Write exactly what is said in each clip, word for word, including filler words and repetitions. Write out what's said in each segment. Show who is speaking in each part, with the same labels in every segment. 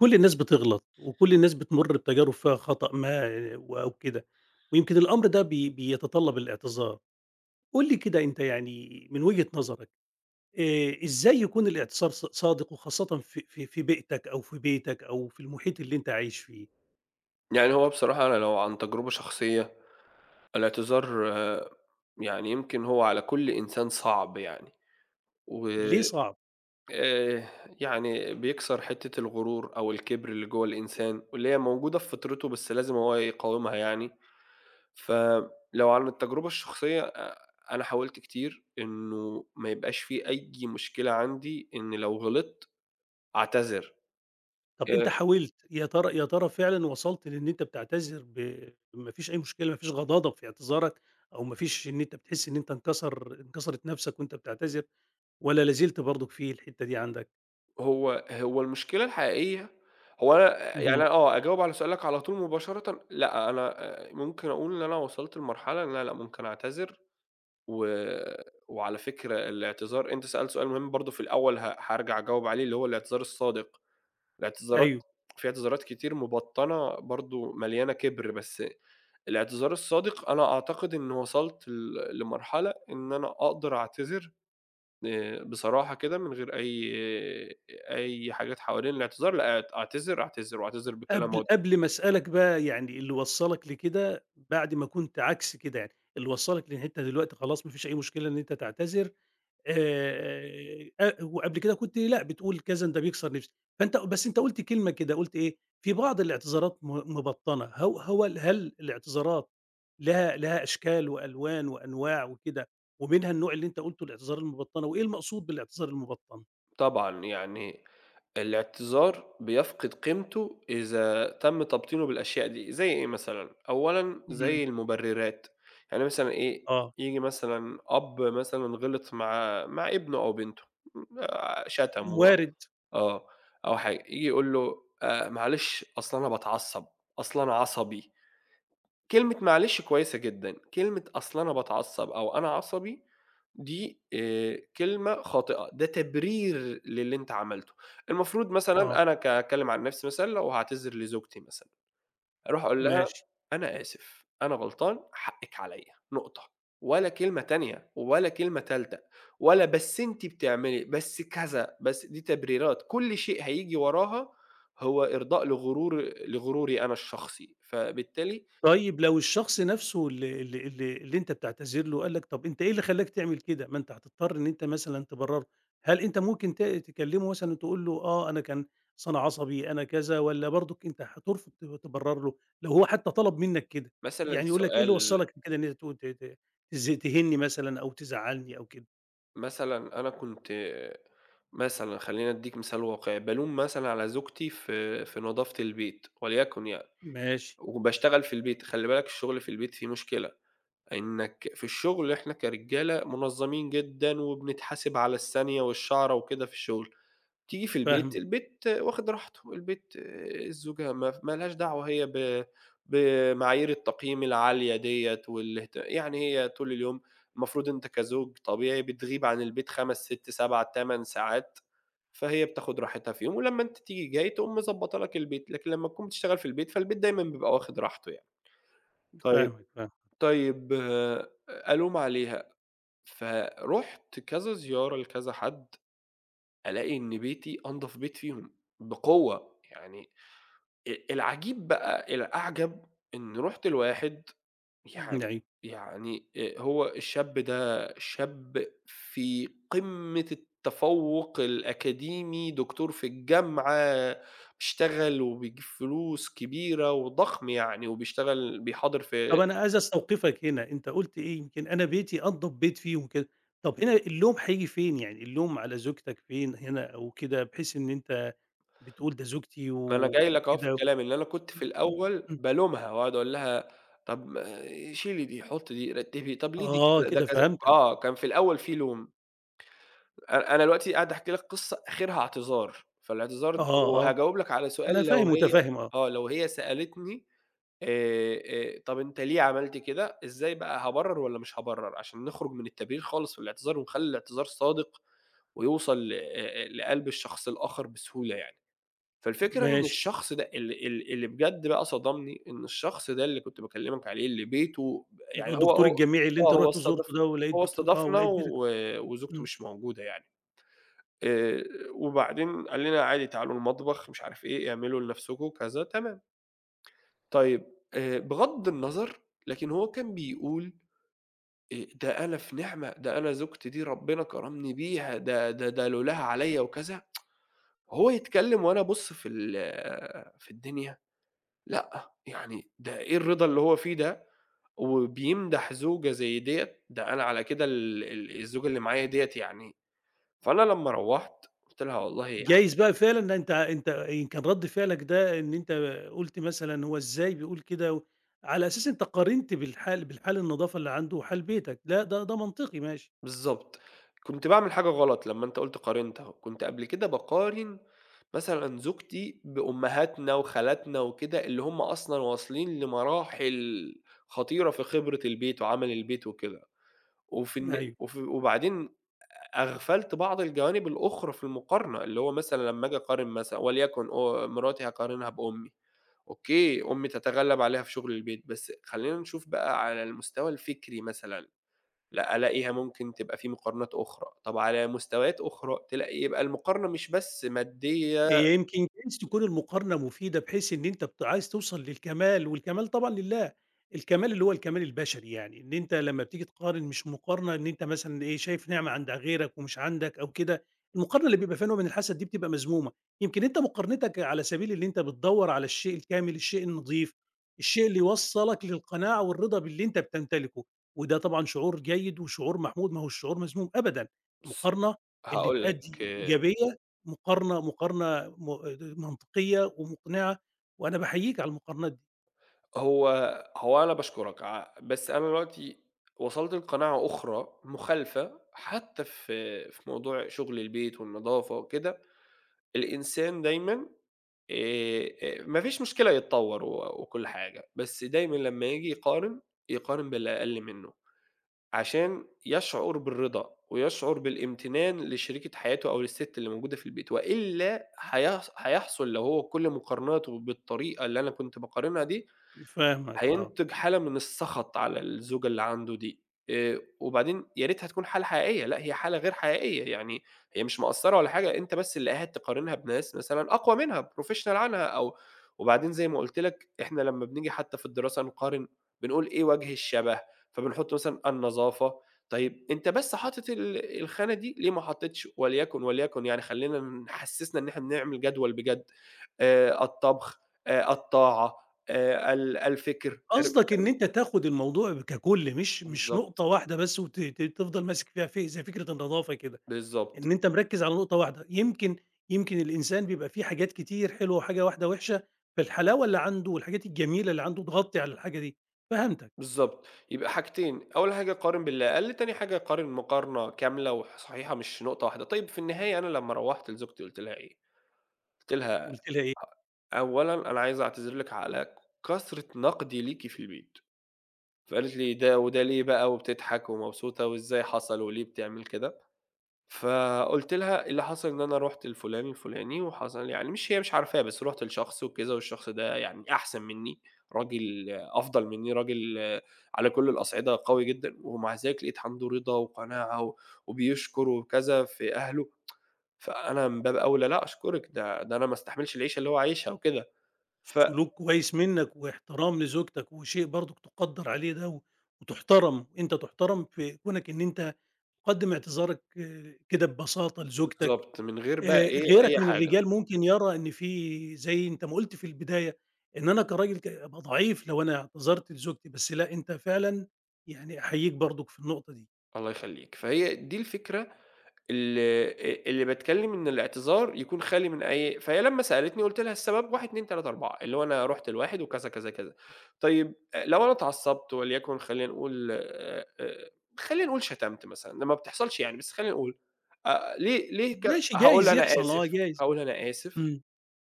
Speaker 1: كل الناس بتغلط، وكل الناس بتمُر بتجارب فيها خطأ ما و أو كده، ويمكن الأمر ده بي بيتطلّب الاعتذار. قُل لي كده أنت يعني من وجهة نظرك، آآ إزاي يكون الاعتذار ص صادق وخاصةً في في في بيئتك أو في بيتك أو في المحيط اللي أنت عايش فيه؟
Speaker 2: يعني هو بصراحة أنا لو عن تجربة شخصية، الاعتذار آه، يعني يمكن هو على كل إنسان صعب يعني، و
Speaker 1: ليه صعب؟
Speaker 2: آآ يعني بيكسر حتّة الغرور أو الكِبْر اللي جوّه الإنسان، واللي هي موجودة في فطرته بس لازم هو يقاومها يعني، فلو عن التجربة الشخصية أ أنا حاولت كتير إنه ما يبقاش في أي مشكلة عندي إن لو غلطت أعتذر.
Speaker 1: طَب أنت
Speaker 2: آآ
Speaker 1: حاولت، يا ترى يا ترى فعلًا وصلت لإن أنت بتعتذر ب ما فيش أي مشكلة، ما فيش غضاضة في اعتذارك، أو ما فيش إن أنت بتحس إن أنت انكسر انكسرت نَفْسك وأنت بتعتذر، والّا لا زلت برضُك في الحتّة دي عندك؟
Speaker 2: هو هو المشكلة الحقيقية هو أنا يعني
Speaker 1: اهم.
Speaker 2: أنا آه، أجاوب على سؤالك على طول مباشرةً، لأ، أنا آآ ممكن أقول إن أنا وصلت لمرحلة إن أنا لأ، ممكن أعتذر و وعلى فكرة الاعتذار أنت سألت سؤال مهم برضه في الأول ه هارجع أجاوب عليه اللي هو الاعتذار الصادق، الاعتذارات
Speaker 1: أيوه.
Speaker 2: في اعتذارات كتير مبطّنة برضه مليانة كِبر، بس الاعتذار الصادق أنا أعتقد إني وصلت ل لمرحلة إن أنا أقدر أعتذر آآ بصراحة كده من غير أي أي حاجات حوالين الاعتذار، لأ اعت أعتذر، أعتذر وأعتذر بكلام
Speaker 1: قبل
Speaker 2: واضح.
Speaker 1: قبل ما أسألك بقى يعني اللي وصّلك لكده بعد ما كنت عكس كده يعني، اللي وصّلك لإن أنت دلوقتي خلاص ما فيش أي مشكلة إن أنت تعتذر. آآ، أ وقبل كده كنت لأ، بتقول كذا ده بيكسر نفسي. فأنت بس أنت قُلت كلمة كده، قُلت إيه، في بعض الاعتذارات م مبطّنة. هو هو هل الاعتذارات لها لها أشكال وألوان وأنواع وكده، ومنها النوع اللي أنت قُلته الاعتذار المبطّنة، وإيه المقصود بالاعتذار المبطّن؟
Speaker 2: طبعًا، يعني الاعتذار بيفقد قيمته إذا تم تبطينه بالأشياء دي، زي إيه مثلًا؟ أولًا
Speaker 1: اهم.
Speaker 2: زي المبررات، يعني مثلًا إيه،
Speaker 1: آه.
Speaker 2: ييجي مثلًا أب مثلًا غلط مع مع ابنه أو بنته، آآ شتمه
Speaker 1: وارد.
Speaker 2: آه، أو حاجة، ييجي يقول له: "آآ معلش أصل أنا باتعصب، أصل أنا عصبي." كلمة معلش كويسة جدًا، كلمة أصل أنا باتعصّب أو أنا عصبي دي آآ كلمة خاطئة، ده تبرير للي أنت عملته. المفروض
Speaker 1: آه.
Speaker 2: مثلًا أنا ك هاتكلّم عن نفسي مثلًا لو هاعتذر لزوجتي مثلًا، أروح أقول لها:
Speaker 1: ماشي.
Speaker 2: "أنا آسف، أنا غلطان، حقِّك عليّا." نقطة، ولا كلمة تانية ولا كلمة تالتة ولا بس أنتِ بتعملي، بس كذا، بس دي تبريرات، كل شيء هييجي وراها هو إرضاء لغرور لغروري أنا الشخصي، فبالتالي
Speaker 1: طيب لو الشخص نفسه اللي اللي اللي اللي أنت بتعتذر له قال لك طب أنت إيه اللي خلّاك تعمل كده؟ ما أنت هتضطر إن أنت مثلًا تبرّر له، هل أنت ممكن ت تكلمه مثلًا وتقول له آه أنا كان أصل أنا عصبي، أنا كذا، والّا برضك أنت هترفض ت تبرّر له؟ لو هو حتى طلب منك كده،
Speaker 2: مثلًا
Speaker 1: يعني يقول لك إيه اللي
Speaker 2: سؤال
Speaker 1: وصّلك لكده إن أنت تقول ت ت تز تهينني مثلًا أو تزعّلني أو كده؟
Speaker 2: مثلًا أنا كنت مثلًا خلّيني أدّيك مثال واقعي، بالوم مثلًا على زوجتي في في نضافة البيت وليكن يعني،
Speaker 1: ماشي.
Speaker 2: وباشتغل في البيت، خلّي بالك الشغل في البيت فيه مشكلة، إنّك في الشغل إحنا كرجالة منظمين جدًا وبنتحاسب على الثانية والشعرة وكده في الشغل. تيجي في البيت،
Speaker 1: فاهمك.
Speaker 2: البيت واخد راحته، البيت آه، الزوجة ما ما لهاش دعوة هي ب بمعايير التقييم العالية ديّة والاهت يعني هي طول اليوم المفروض أنت كزوج طبيعي بتغيب عن البيت خمسة، ستة، سبعة، تمن ساعات، فهي بتاخد راحتها فيهم، ولمّا أنت تيجي جاي تقوم مضبّطة لك البيت، لكن لمّا تكون بتشتغل في البيت، فالبيت دايمًا بيبقى واخد راحته يعني. طيب
Speaker 1: فاهمك، فاهمك،
Speaker 2: طيب آه، ألوم عليها، فرُحت كذا زيارة لكذا حد ألاقي إن بيتي أنضف بيت فيهم بقوة، يعني أ العجيب بقى الأعجب إن رُحت لواحد
Speaker 1: إمم،
Speaker 2: يعني
Speaker 1: أيوه.
Speaker 2: يعني آآ هو الشاب ده شاب في قمة التفوّق الأكاديمي، دكتور في الجامعة، بيشتغل وبيجيب فلوس كبيرة وضخم يعني وبيشتغل بيحاضر في
Speaker 1: طب أنا عايز أستوقفك هنا، أنت قُلت إيه، يمكن أنا بيتي أنضف بيت فيهم كده. طب هنا اللوم هييجي فين، يعني اللوم على زوجتك فين هنا أو كده، بحيث إن أنت بتقول ده زوجتي و
Speaker 2: ما أنا جاي لك أهو في
Speaker 1: وكده.
Speaker 2: الكلام، إن أنا كنت في
Speaker 1: إمم.
Speaker 2: الأول
Speaker 1: إمم.
Speaker 2: بالومها وأقعد أقول لها طب ما شيلي دي، حطي دي، رتّبي، طب ليه دي
Speaker 1: آه
Speaker 2: كذا، ده
Speaker 1: كده
Speaker 2: كذا،
Speaker 1: فهمتك.
Speaker 2: آه، كان في الأول في لوم، أنا أنا دلوقتي قاعد أحكي لك قصة آخرها اعتذار، فالاعتذار د
Speaker 1: آه، آه،
Speaker 2: وهاجاوب لك على
Speaker 1: أنا
Speaker 2: سؤال لو
Speaker 1: فاهم
Speaker 2: هي
Speaker 1: متفهم آه.
Speaker 2: آه، لو هي سألتني آآ، آآ، طب أنت ليه عملت كده، إزاي بقى هابرّر والّا مش هابرّر، عشان نخرج من التبرير خالص في الاعتذار ونخلّي الاعتذار صادق ويوصل ل آآ، لقلب الشخص الآخر بسهولة يعني. فالفكرة إن
Speaker 1: ماشي.
Speaker 2: الشخص ده ال ال اللي بجد بقى صدمني، إن الشخص ده اللي كنت باكلّمك عليه اللي بيته ب
Speaker 1: اللي هو
Speaker 2: يعني هو
Speaker 1: الدكتور
Speaker 2: هو
Speaker 1: الجامعي اللي
Speaker 2: آه،
Speaker 1: أنت
Speaker 2: هو
Speaker 1: رُحت
Speaker 2: استضاف
Speaker 1: زُرته ده، ولقيت
Speaker 2: هو
Speaker 1: بيته آه،
Speaker 2: استضافنا
Speaker 1: ولقيت بيتك.
Speaker 2: و وزوجته
Speaker 1: إمم.
Speaker 2: مش موجودة يعني، آآ وبعدين قال لنا عادي تعالوا المطبخ مش عارف إيه، اعملوا لنفسكم كذا، تمام. طيب آآ بغض النظر، لكن هو كان بيقول آآ ده أنا في نعمة، ده أنا زوجتي دي ربنا كرمني بيها، ده ده ده لولاها عليّا وكذا، هو يتكلّم وأنا أبُص في ال في الدنيا! لأ، يعني ده إيه الرضا اللي هو فيه ده، وبيمدح زوجة زي ديّة، ده أنا على كده ال ال الزوجة اللي معايا ديّة يعني فأنا لمّا روّحت قُلت لها والله يع
Speaker 1: جايز بقى فعلًا إن أنت أنت يمكن رَد فعلك ده إن أنت قُلت مثلًا هو إزاي بيقول كده و على أساس أنت قارنت بالحال بالحال النضافة اللي عنده وحال بيتك، لأ ده ده منطقي ماشي.
Speaker 2: بالضبط، كنت باعمل حاجة غلط لمّا أنت قُلت قارنت أهو، كنت قبل كده باقارن مثلًا زوجتي بأمهاتنا وخالاتنا وكده، اللي هم أصلًا واصلين لمراحل خطيرة في خبرة البيت وعمل البيت وكده، وفي الن
Speaker 1: أيوه.
Speaker 2: وف وبعدين أغفلت بعض الجوانب الأخرى في المقارنة، اللي هو مثلًا لمّا آجي أقارن مثلًا وليكن آآ مراتي هاقارنها بأمي، أوكي، أمي تتغلب عليها في شغل البيت، بس خلّينا نشوف بقى على المستوى الفكري مثلًا، لأ ألاقيها ممكن تبقى في مقارنات أخرى، طب على مستويات أخرى تلاقي يبقى المقارنة مش بس مادية
Speaker 1: هي يمكن جايز تكون المقارنة مفيدة، بحيث إن أنت بت عايز توصل للكمال، والكمال طبعًا لله. الكمال اللي هو الكمال البشري يعني، إن أنت لمّا بتيجي تقارن مش مقارنة إن أنت مثلًا إيه، شايف نعمة عند غيرك ومش عندك أو كده. المقارنة اللي بيبقى فيها نوع من الحسد دي بتبقى مذمومة. يمكن أنت مقارنتك على سبيل اللي أنت بتدوّر على الشيء الكامل، الشيء النضيف، الشيء اللي يوصّلك للقناعة والرضا باللي أنت بتمتلكه، وده طبعًا شعور جيد وشعور محمود، ما هوش شعور مذموم أبدًا.
Speaker 2: بُص
Speaker 1: المقارنة اللي
Speaker 2: هاقول لك،
Speaker 1: تأدي
Speaker 2: آه،
Speaker 1: إيجابية، مقارنة مقارنة م منطقية ومقنعة، وأنا باحييك على المقارنات دي.
Speaker 2: هو هو أنا باشكرك ع بس أنا دلوقتي وصلت لقناعة أخرى مخالفة، حتى في في موضوع شغل البيت والنضافة وكده الإنسان دايمًا آآ، آآ، ما فيش مشكلة يتطور و وكل حاجة، بس دايمًا لمّا ييجي يقارن، يقارن باللي أقل منه، عشان يشعر بالرضا ويشعر بالامتنان لشريكة حياته أو للست اللي موجودة في البيت، وإلا هيحص هيحصل لو هو كل مقارناته بالطريقة اللي أنا كنت باقارنها دي،
Speaker 1: فاهمك آه.
Speaker 2: هينتج حالة من السخط على الزوجة اللي عنده دي، آآ، وبعدين يا ريتها تكون حالة حقيقية، لأ هي حالة غير حقيقية، يعني هي مش مقصّرة ولا حاجة، أنت بس اللي قاعد تقارنها بناس مثلًا أقوى منها professional عنها أو وبعدين زي ما قُلت لك إحنا لمّا بنيجي حتى في الدراسة نقارن، بنقول إيه وجه الشبه، فبنحط مثلًا النظافة، طيب أنت بس حاطط ال الخانة دي، ليه ما حطيتش وليكن، وليكن يعني خلّينا نحسّسنا إن إحنا بنعمل جدول بجد، آآ، الطبخ، آآ، الطاعة. آآ ال الفِكر تر
Speaker 1: قصدك إن أنت تاخد الموضوع ككُل، مش مش
Speaker 2: بالضبط،
Speaker 1: نقطة واحدة بس، وت ت تفضل ماسك فيها في زي فكرة النضافة كده،
Speaker 2: بالضبط،
Speaker 1: إن أنت مركّز على نقطة واحدة. يمكن يمكن الإنسان بيبقى فيه حاجات كتير حلوة وحاجة واحدة وِحشة، فالحلاوة اللي عنده والحاجات الجميلة اللي عنده تغطي على الحاجة دي. فهمتك.
Speaker 2: بالضبط. يبقى حاجتين، أول حاجة قارن باللي أقل، تاني حاجة قارن مقارنة كاملة وح صحيحة مش نقطة واحدة. طيب في النهاية أنا لمّا روّحت لزوجتي قُلت لها إيه؟ قُلت لها
Speaker 1: قُلت لي
Speaker 2: أ أولًا أنا عايزة أعتذر لِك على كثرة نقدي ليكِ في البيت. فقالت لي: "ده وده ليه بقى؟" وبتضحك ومبسوطة، "وإزاي حصل وليه بتعمل كده؟" فقُلت لها إيه اللي حصل إن أنا رُحت لفُلان الفُلاني وحصل يعني مش هي مش عارفاه، بس رُحت لشخص وكذا والشخص ده يعني أحسن منّي، راجل أفضل منّي، راجل على كل الأصعدة قوي جدًا، ومع ذلك لقيت عنده رِضا وقناعة و وبيشكر وكذا في أهله، فأنا من باب أولى لأ أشكرِك ده ده أنا ما أستحملش العيشة اللي هو عايشها وكده، ف
Speaker 1: سلوك كويس منك واحترام لزوجتك، وشيء برضك تقدر عليه ده و- وتحترم انت تحترم في كونك ان انت تقدم اعتذارك آه، كده ببساطه لزوجتك.
Speaker 2: بالضبط، من غير بقى
Speaker 1: آه،
Speaker 2: إيه
Speaker 1: غيرك
Speaker 2: أي
Speaker 1: من
Speaker 2: حاجة،
Speaker 1: الرجال ممكن يرى ان في زي انت ما قلت في البدايه ان انا كراجل ك- ابقى ضعيف لو انا اعتذرت لزوجتي، بس لا انت فعلا يعني احييك برضك في النقطه دي.
Speaker 2: الله يخلّيك، فهي دي الفكرة ال آآ اللي باتكلّم إن الاعتذار يكون خالي من أي فهي لمّا سألتني قُلت لها السبب واحد، اتنين، تلاتة، أربعة اللي هو أنا رُحت لواحد وكذا، كذا، كذا. طيب أ لو أنا اتعصّبت وليكن خلّينا نقول آآ آآ خلّينا نقول شتمت مثلًا، ده ما بتحصلش يعني بس خلّينا نقول آآ ليه ليه ك
Speaker 1: ماشي،
Speaker 2: هاقول
Speaker 1: جايز
Speaker 2: أنا
Speaker 1: يحصل اه
Speaker 2: آسف،
Speaker 1: جايز.
Speaker 2: هاقول أنا آسف،
Speaker 1: امم.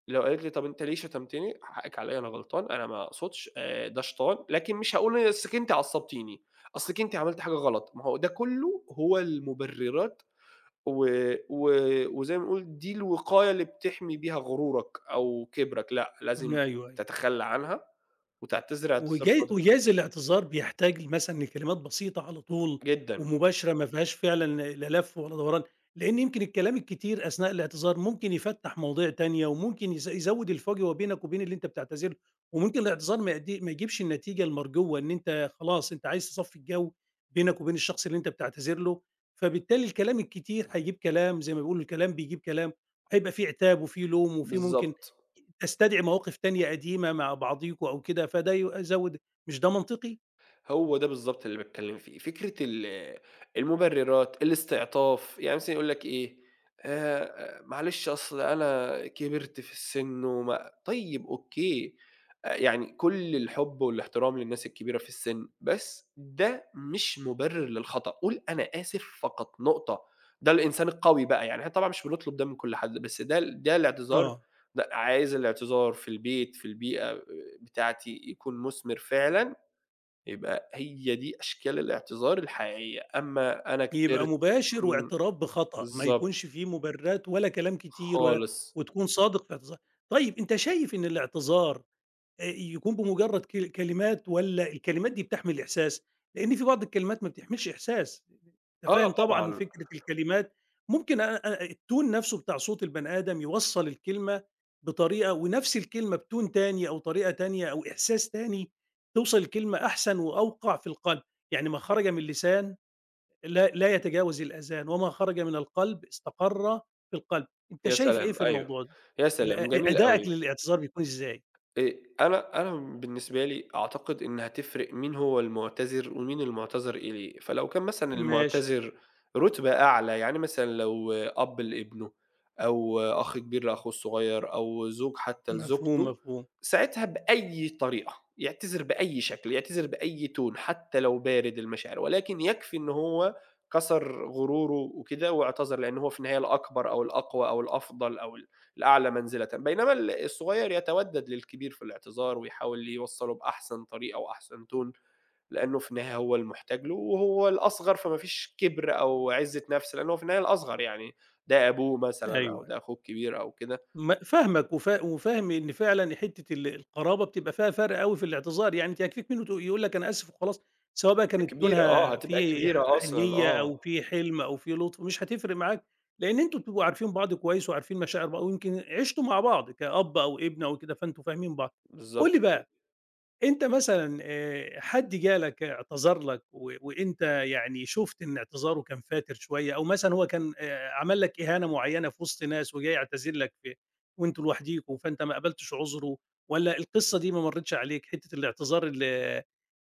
Speaker 2: لو قالت لي طَب أنت ليه شتمتني؟ حقِّك عليّا أنا غلطان، أنا ما أقصدش آآ ده شيطان، لكن مش هاقول أصلِك أنتِ عصّبتيني، أصلِك أنتِ عملتِ حاجة غلط، ما هو ده كلّه هو المُبررات و و وزي ما نقول دي الوقاية اللي بتحمي بيها غرورك أو كبرك، لأ لازم
Speaker 1: ايوه، ايوه.
Speaker 2: تتخلّى عنها وتعتذر اعتذار
Speaker 1: وجا
Speaker 2: صادق.
Speaker 1: وجايز الاعتذار بيحتاج مثلًا لكلمات بسيطة على طول
Speaker 2: جدًا،
Speaker 1: ومباشرة، ما فيهاش فعلًا لا لف ولا دوران، لإن يمكن الكلام الكتير أثناء الاعتذار ممكن يفتّح مواضيع تانية وممكن يز يزوّد الفجوة بينك وبين اللي أنت بتعتذر له، وممكن الاعتذار ما يأدي ما يجيبش النتيجة المرجوة إن أنت خلاص أنت عايز تصفّي الجو بينك وبين الشخص اللي أنت بتعتذر له. فبالتالي الكلام الكتير هيجيب كلام، زي ما بيقولوا الكلام بيجيب كلام، هيبقى في عتاب وفي لوم وفي ممكن
Speaker 2: بالضبط.
Speaker 1: تستدعي مواقف تانية قديمة مع بعضيكم أو كده، فده يزوّد. مش ده منطقي؟
Speaker 2: هو ده بالضبط اللي باتكلّم فيه، فكرة ال المُبرِّرات، الاستعطاف، يعني مثلًا يقول لك إيه، آآ معلش أصل أنا كبرت في السِن وما طيب أوكي، أ يعني كل الحُب والاحترام للناس الكبيرة في السِن، بس ده مش مُبرِّر للخطأ، قُل أنا آسف فقط، نقطة. ده الإنسان القوي بقى، يعني إحنا طبعًا مش بنطلب ده من كل حد، بس ده ال ده الاعتذار إمم.
Speaker 1: آه،
Speaker 2: لأ، عايز الاعتذار في البيت، في البيئة بتاعتي يكون مُثمر فعلًا يبقى هي دي أشكال الاعتذار الحقيقية، أمّا أنا
Speaker 1: يبقى
Speaker 2: كبرت
Speaker 1: مباشر
Speaker 2: إمم،
Speaker 1: واعتراف بخطأ، ما
Speaker 2: بالضبط،
Speaker 1: يكونش فيه مبررات ولا كلام كتير ولا،
Speaker 2: خالص.
Speaker 1: وتكون صادق في اعتذارك. طيب أنت شايف إن الاعتذار آآ يكون بمجرد ك كلمات، والّا الكلمات دي بتحمل إحساس؟ لإن في بعض الكلمات ما بتحملش إحساس. أنت فاهم
Speaker 2: آه
Speaker 1: طبعًا
Speaker 2: طبعًا،
Speaker 1: فكرة الكلمات، ممكن أ أ التون نفسه بتاع صوت البني آدم يوصّل الكلمة بطريقة، ونفس الكلمة بتون تاني أو طريقة تانية أو إحساس تاني توصل الكلمة أحسن وأوقع في القلب. يعني ما خرج من اللسان لا لا يتجاوز الأذان، وما خرج من القلب استقر في القلب. أنت
Speaker 2: يا
Speaker 1: شايف إيه
Speaker 2: سلام!
Speaker 1: في
Speaker 2: أيوه،
Speaker 1: الموضوع ده؟
Speaker 2: يا
Speaker 1: ال
Speaker 2: سلام!
Speaker 1: أ
Speaker 2: جميل أوي.
Speaker 1: أدائك للاعتذار بيكون إزاي؟
Speaker 2: آآ أنا أنا بالنسبة لي أعتقد إن هتفرق مين هو المُعتذر ومين المُعتذر إليه، فلو كان مثلًا
Speaker 1: ماشي.
Speaker 2: المُعتذر رُتبة أعلى، يعني مثلًا لو أب لابنه أو أخ كبير لأخوه الصغير أو زوج حتى
Speaker 1: مفهوم،
Speaker 2: لزوجته،
Speaker 1: مفهوم.
Speaker 2: ساعتها بأي طريقة، يعتذر بأي شكل، يعتذر بأي tone حتى لو بارد المشاعر، ولكن يكفي إن هو كسر غروره وكده واعتذر، لإن هو في النهاية الأكبر أو الأقوى أو الأفضل أو الأعلى منزلةً، بينما ال الصغير يتودد للكبير في الاعتذار ويحاول يوصّله بأحسن طريقة وأحسن تون، لأنه في النهاية هو المحتاج له وهو الأصغر، فما فيش كِبْر أو عِزّة نَفْس، لأن هو في النهاية الأصغر يعني، ده أبوه مثلًا أو
Speaker 1: أيوه.
Speaker 2: ده أخوه الكبير أو كده،
Speaker 1: م فاهمك وفا وفاهم إن فعلًا حتّة ال القرابة بتبقى فيها فرق أوي في الاعتذار، يعني أنت يكفيك منّه ت يقول لك أنا آسف وخلاص، سواء بقى
Speaker 2: هي
Speaker 1: كانت
Speaker 2: كبيرة آه،
Speaker 1: تونها
Speaker 2: هتبقى
Speaker 1: في ح
Speaker 2: كبيرة أصلًا
Speaker 1: حنيّة
Speaker 2: آه،
Speaker 1: أو في حلم أو في لطف، مش هتفرق معاك، لإن أنتم بتبقوا عارفين بعض كويس وعارفين مشاعر بعض، ويمكن عشتوا مع بعض كأب أو ابن أو كده، فأنتم فاهمين بعض. قُل
Speaker 2: بالضبط
Speaker 1: لي
Speaker 2: كده،
Speaker 1: بقى أنت مثلًا، آآ حد جالك اعتذر لك، و وأنت يعني شُفت إن اعتذاره كان فاتر شوية، أو مثلًا هو كان آآ عمل لك إهانة معيّنة في وسط ناس وجاي يعتذر لك في وأنتم لوحديكم، فأنت ما قبلتش عذره، والّا القصة دي ما مرّتش عليك، حتّة الاعتذار ال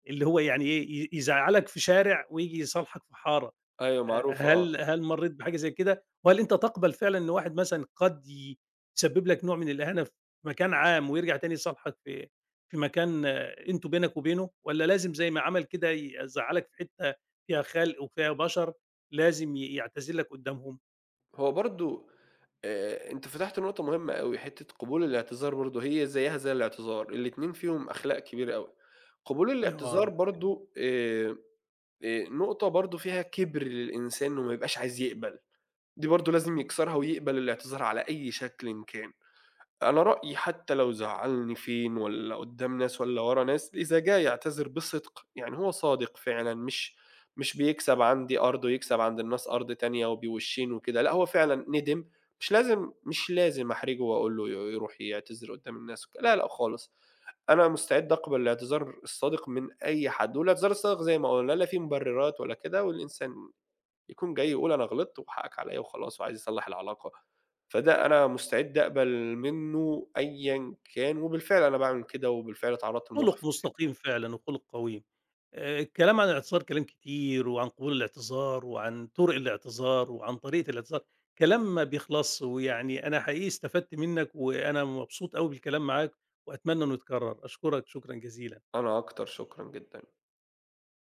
Speaker 1: اللي هو يعني إيه، ي يزعّلك في شارع وييجي يصالحك في حارة؟
Speaker 2: أيوه
Speaker 1: آآ
Speaker 2: معروفة آه.
Speaker 1: هل هل مرّيت بحاجة زي كده؟ وهل أنت تقبل فعلًا إن واحد مثلًا قد ي يسبب لك نوع من الإهانة في مكان عام، ويرجع تاني يصالحك في في مكان أنتم بينك وبينه، والّا لازم زي ما عمل كده يزعّلك في حتّة فيها خلق وفيها بشر لازم ي يعتذر لك قدّامهم؟
Speaker 2: هو برضه آآ أنت فتحت نقطة مهمة أوي، حتّة قبول الاعتذار برضه هي زيّها زي الاعتذار، الاتنين فيهم أخلاق كبيرة أوي. قبول الاعتذار
Speaker 1: آه.
Speaker 2: برضه آآ آآ نقطة برضه فيها كِبْر للإنسان وما يبقاش عايز يقبل، دي برضه لازم يكسرها ويقبل الاعتذار على أي شكلٍ إن كان. أنا رأيي حتى لو زعّلني فين والّا قدّام ناس والّا ورا ناس، إذا جه يعتذر بصدق، يعني هو صادق فعلًا مش مش بيكسب عندي أرض ويكسب عند الناس أرض تانية وبوشّين وكده، لأ هو فعلًا ندم، مش لازم مش لازم أحرجه وأقول له ي يروح يعتذر قدّام الناس وك لا، لأ خالص. أنا مستعد أقبل الاعتذار الصادق من أي حد، والاعتذار الصادق زي ما قُلنا لا فيه مبررات ولا كده، والإنسان يكون جاي يقول أنا غلطت وحقك عليَّ وخلاص وعايز يصلّح العلاقة، فده أنا مستعد أقبل منه أيًا كان، وبالفعل أنا باعمل كده، وبالفعل اتعرّضت
Speaker 1: خُلُق
Speaker 2: لمواقف
Speaker 1: مستقيم فعلًا وخُلُق قويم. آآ الكلام عن الاعتصار كلام كتير، وعن قبول الاعتذار وعن طُرق الاعتذار وعن طريقة الاعتذار، كلام ما بيخلصش، ويعني أنا حقيقي استفدت منّك وأنا مبسوط أوي بالكلام معاك وأتمنى إنه يتكرر. أشكرك شكرًا جزيلًا.
Speaker 2: أنا أكتر، شكرًا جدًا.